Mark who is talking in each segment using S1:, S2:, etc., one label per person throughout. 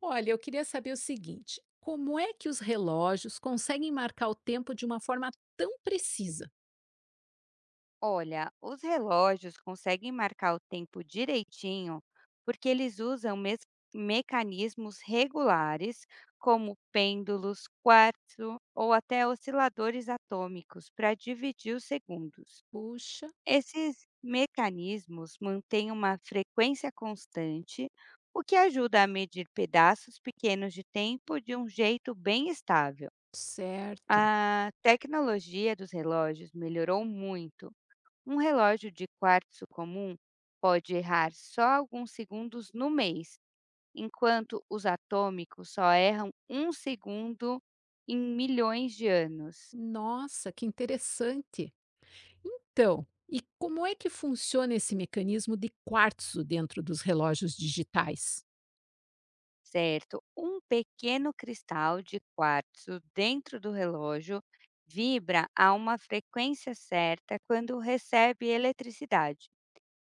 S1: Olha, eu queria saber o seguinte: como é que os relógios conseguem marcar o tempo de uma forma tão precisa?
S2: Olha, os relógios conseguem marcar o tempo direitinho porque eles usam mecanismos regulares, como pêndulos, quartzo ou até osciladores atômicos, para dividir os segundos.
S1: Puxa,
S2: Esses mecanismos mantêm uma frequência constante, o que ajuda a medir pedaços pequenos de tempo de um jeito bem estável.
S1: certo.
S2: A tecnologia dos relógios melhorou muito. Um relógio de quartzo comum pode errar só alguns segundos no mês, enquanto os atômicos só erram um segundo em milhões de anos,
S1: Nossa, que interessante. Então, e como é que funciona esse mecanismo de quartzo dentro dos relógios digitais?
S2: certo? Um pequeno cristal de quartzo dentro do relógio vibra a uma frequência certa quando recebe eletricidade.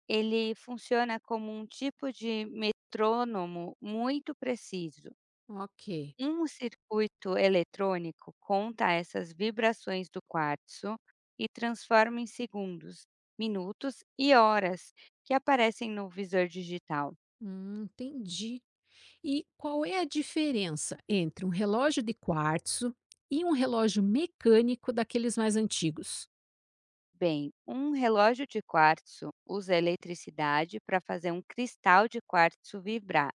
S2: Ele funciona como um tipo de metrônomo muito preciso.
S1: Ok,
S2: Um circuito eletrônico conta essas vibrações do quartzo e transforma em segundos, minutos e horas, que aparecem no visor digital.
S1: entendi. E qual é a diferença entre um relógio de quartzo e um relógio mecânico daqueles mais antigos?
S2: Bem, um relógio de quartzo usa eletricidade para fazer um cristal de quartzo vibrar.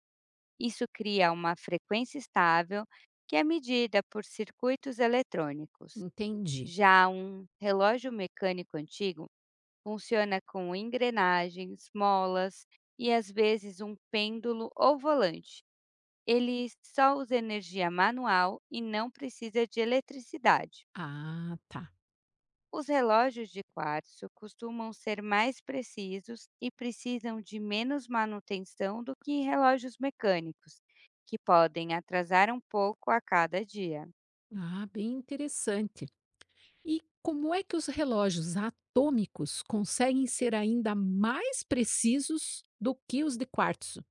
S2: Isso cria uma frequência estável que é medida por circuitos eletrônicos.
S1: Entendi.
S2: Já um relógio mecânico antigo funciona com engrenagens, molas e às vezes um pêndulo ou volante. Ele só usa energia manual e não precisa de eletricidade.
S1: Ah, tá.
S2: Os relógios de quartzo costumam ser mais precisos e precisam de menos manutenção do que relógios mecânicos, que podem atrasar um pouco a cada dia.
S1: Ah, bem interessante. E como é que os relógios atômicos conseguem ser ainda mais precisos do que os de quartzo?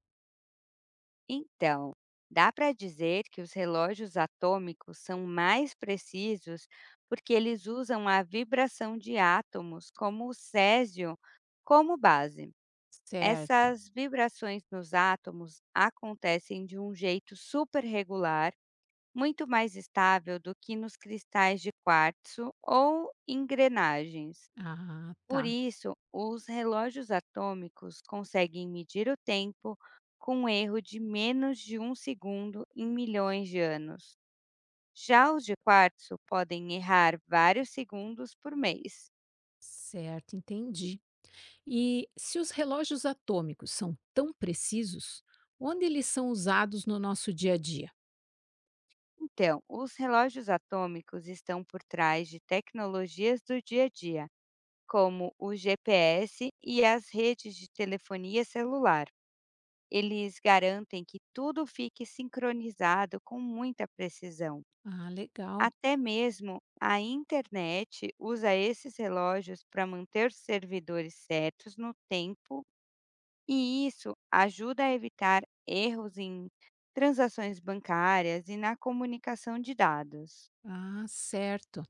S2: Então, dá para dizer que os relógios atômicos são mais precisos porque eles usam a vibração de átomos, como o césio, como base.
S1: Certo.
S2: Essas vibrações nos átomos acontecem de um jeito super regular, muito mais estável do que nos cristais de quartzo ou engrenagens.
S1: Ah,
S2: Por
S1: tá.
S2: isso, os relógios atômicos conseguem medir o tempo com um erro de menos de um segundo em milhões de anos. Já os de quartzo podem errar vários segundos por mês.
S1: Certo, entendi. E se os relógios atômicos são tão precisos, onde eles são usados no nosso dia a dia?
S2: Então, os relógios atômicos estão por trás de tecnologias do dia a dia, como o GPS e as redes de telefonia celular. Eles garantem que tudo fique sincronizado com muita precisão.
S1: Ah, legal.
S2: Até mesmo a internet usa esses relógios para manter os servidores certos no tempo, e isso ajuda a evitar erros em transações bancárias e na comunicação de dados.
S1: Ah, certo.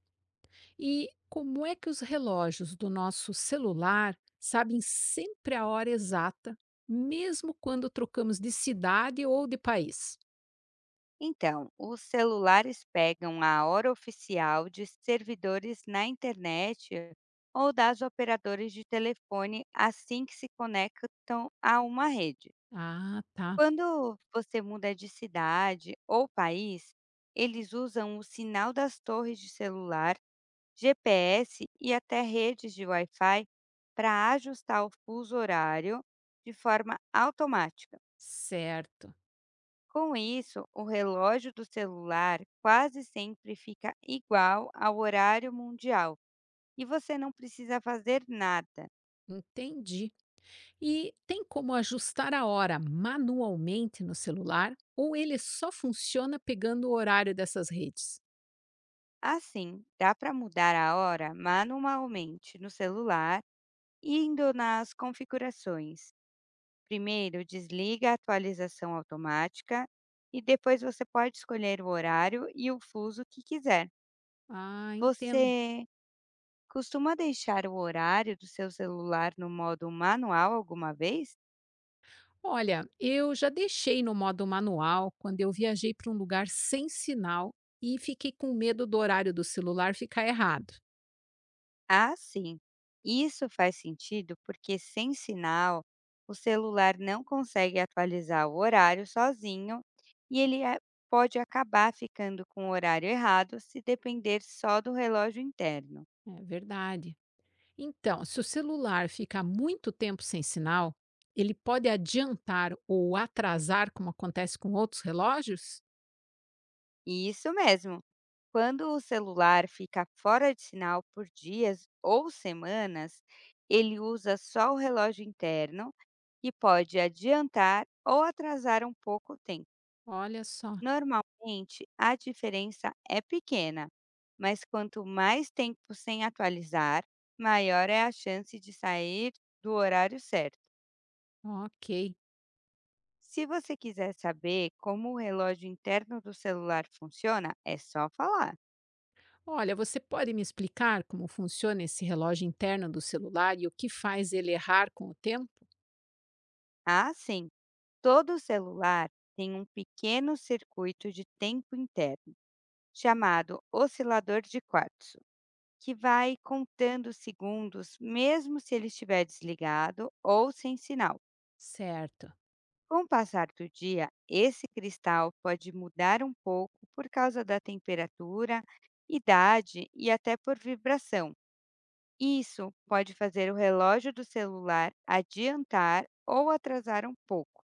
S1: E como é que os relógios do nosso celular sabem sempre a hora exata, mesmo quando trocamos de cidade ou de país?
S2: Então, os celulares pegam a hora oficial de servidores na internet ou das operadoras de telefone assim que se conectam a uma rede.
S1: Ah, tá.
S2: Quando você muda de cidade ou país, eles usam o sinal das torres de celular, GPS e até redes de Wi-Fi para ajustar o fuso horário de forma automática.
S1: Certo.
S2: Com isso, o relógio do celular quase sempre fica igual ao horário mundial e você não precisa fazer nada.
S1: Entendi. E tem como ajustar a hora manualmente no celular ou ele só funciona pegando o horário dessas redes?
S2: Assim, dá para mudar a hora manualmente no celular indo nas configurações. Primeiro, desliga a atualização automática e depois você pode escolher o horário e o fuso que quiser.
S1: Ah, entendo.
S2: Você costuma deixar o horário do seu celular no modo manual alguma vez?
S1: Olha, eu já deixei no modo manual quando eu viajei para um lugar sem sinal e fiquei com medo do horário do celular ficar errado.
S2: Ah, sim. Isso faz sentido porque sem sinal, o celular não consegue atualizar o horário sozinho e pode acabar ficando com o horário errado se depender só do relógio interno.
S1: É verdade. Então, se o celular ficar muito tempo sem sinal, ele pode adiantar ou atrasar, como acontece com outros relógios?
S2: Isso mesmo. Quando o celular fica fora de sinal por dias ou semanas, ele usa só o relógio interno e pode adiantar ou atrasar um pouco o tempo.
S1: Olha só,
S2: Normalmente, a diferença é pequena, mas quanto mais tempo sem atualizar, maior é a chance de sair do horário certo.
S1: ok.
S2: Se você quiser saber como o relógio interno do celular funciona, é só falar.
S1: Olha, você pode me explicar como funciona esse relógio interno do celular e o que faz ele errar com o tempo?
S2: Ah, sim! Todo celular tem um pequeno circuito de tempo interno, chamado oscilador de quartzo, que vai contando segundos mesmo se ele estiver desligado ou sem sinal.
S1: Certo.
S2: Com o passar do dia, esse cristal pode mudar um pouco por causa da temperatura, idade e até por vibração. Isso pode fazer o relógio do celular adiantar ou atrasar um pouco.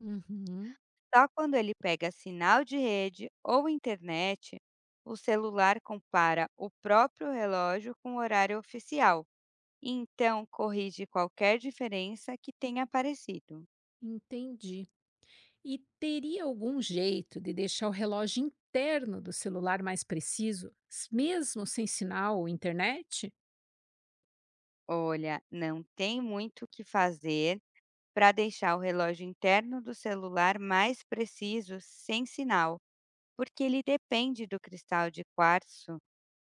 S1: Uhum,
S2: Só quando ele pega sinal de rede ou internet, o celular compara o próprio relógio com o horário oficial e então corrige qualquer diferença que tenha aparecido.
S1: entendi. E teria algum jeito de deixar o relógio interno do celular mais preciso, mesmo sem sinal ou internet?
S2: Olha, não tem muito o que fazer para deixar o relógio interno do celular mais preciso sem sinal, porque ele depende do cristal de quartzo,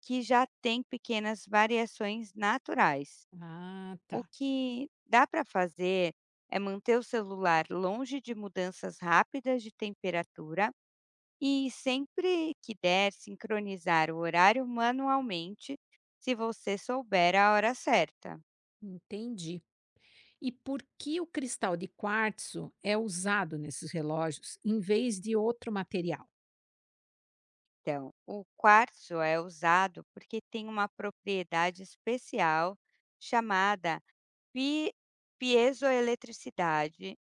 S2: que já tem pequenas variações naturais.
S1: Ah,
S2: O
S1: tá.
S2: que dá para fazer é manter o celular longe de mudanças rápidas de temperatura e, sempre que der, sincronizar o horário manualmente, se você souber a hora certa.
S1: Entendi. E por que o cristal de quartzo é usado nesses relógios em vez de outro material?
S2: Então, o quartzo é usado porque tem uma propriedade especial chamada pi- piezoeletricidade,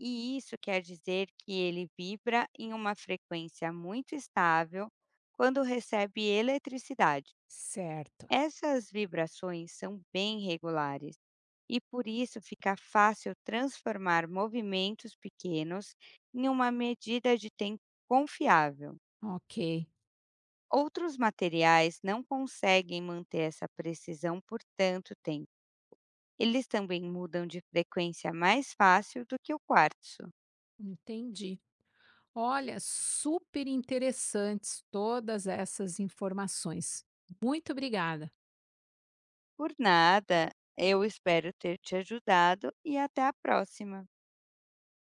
S2: e isso quer dizer que ele vibra em uma frequência muito estável quando recebe eletricidade.
S1: Certo.
S2: Essas vibrações são bem regulares e por isso fica fácil transformar movimentos pequenos em uma medida de tempo confiável.
S1: Ok.
S2: Outros materiais não conseguem manter essa precisão por tanto tempo. Eles também mudam de frequência mais fácil do que o quartzo.
S1: Entendi. Olha, super interessantes todas essas informações. Muito obrigada.
S2: Por nada, eu espero ter te ajudado e até a próxima.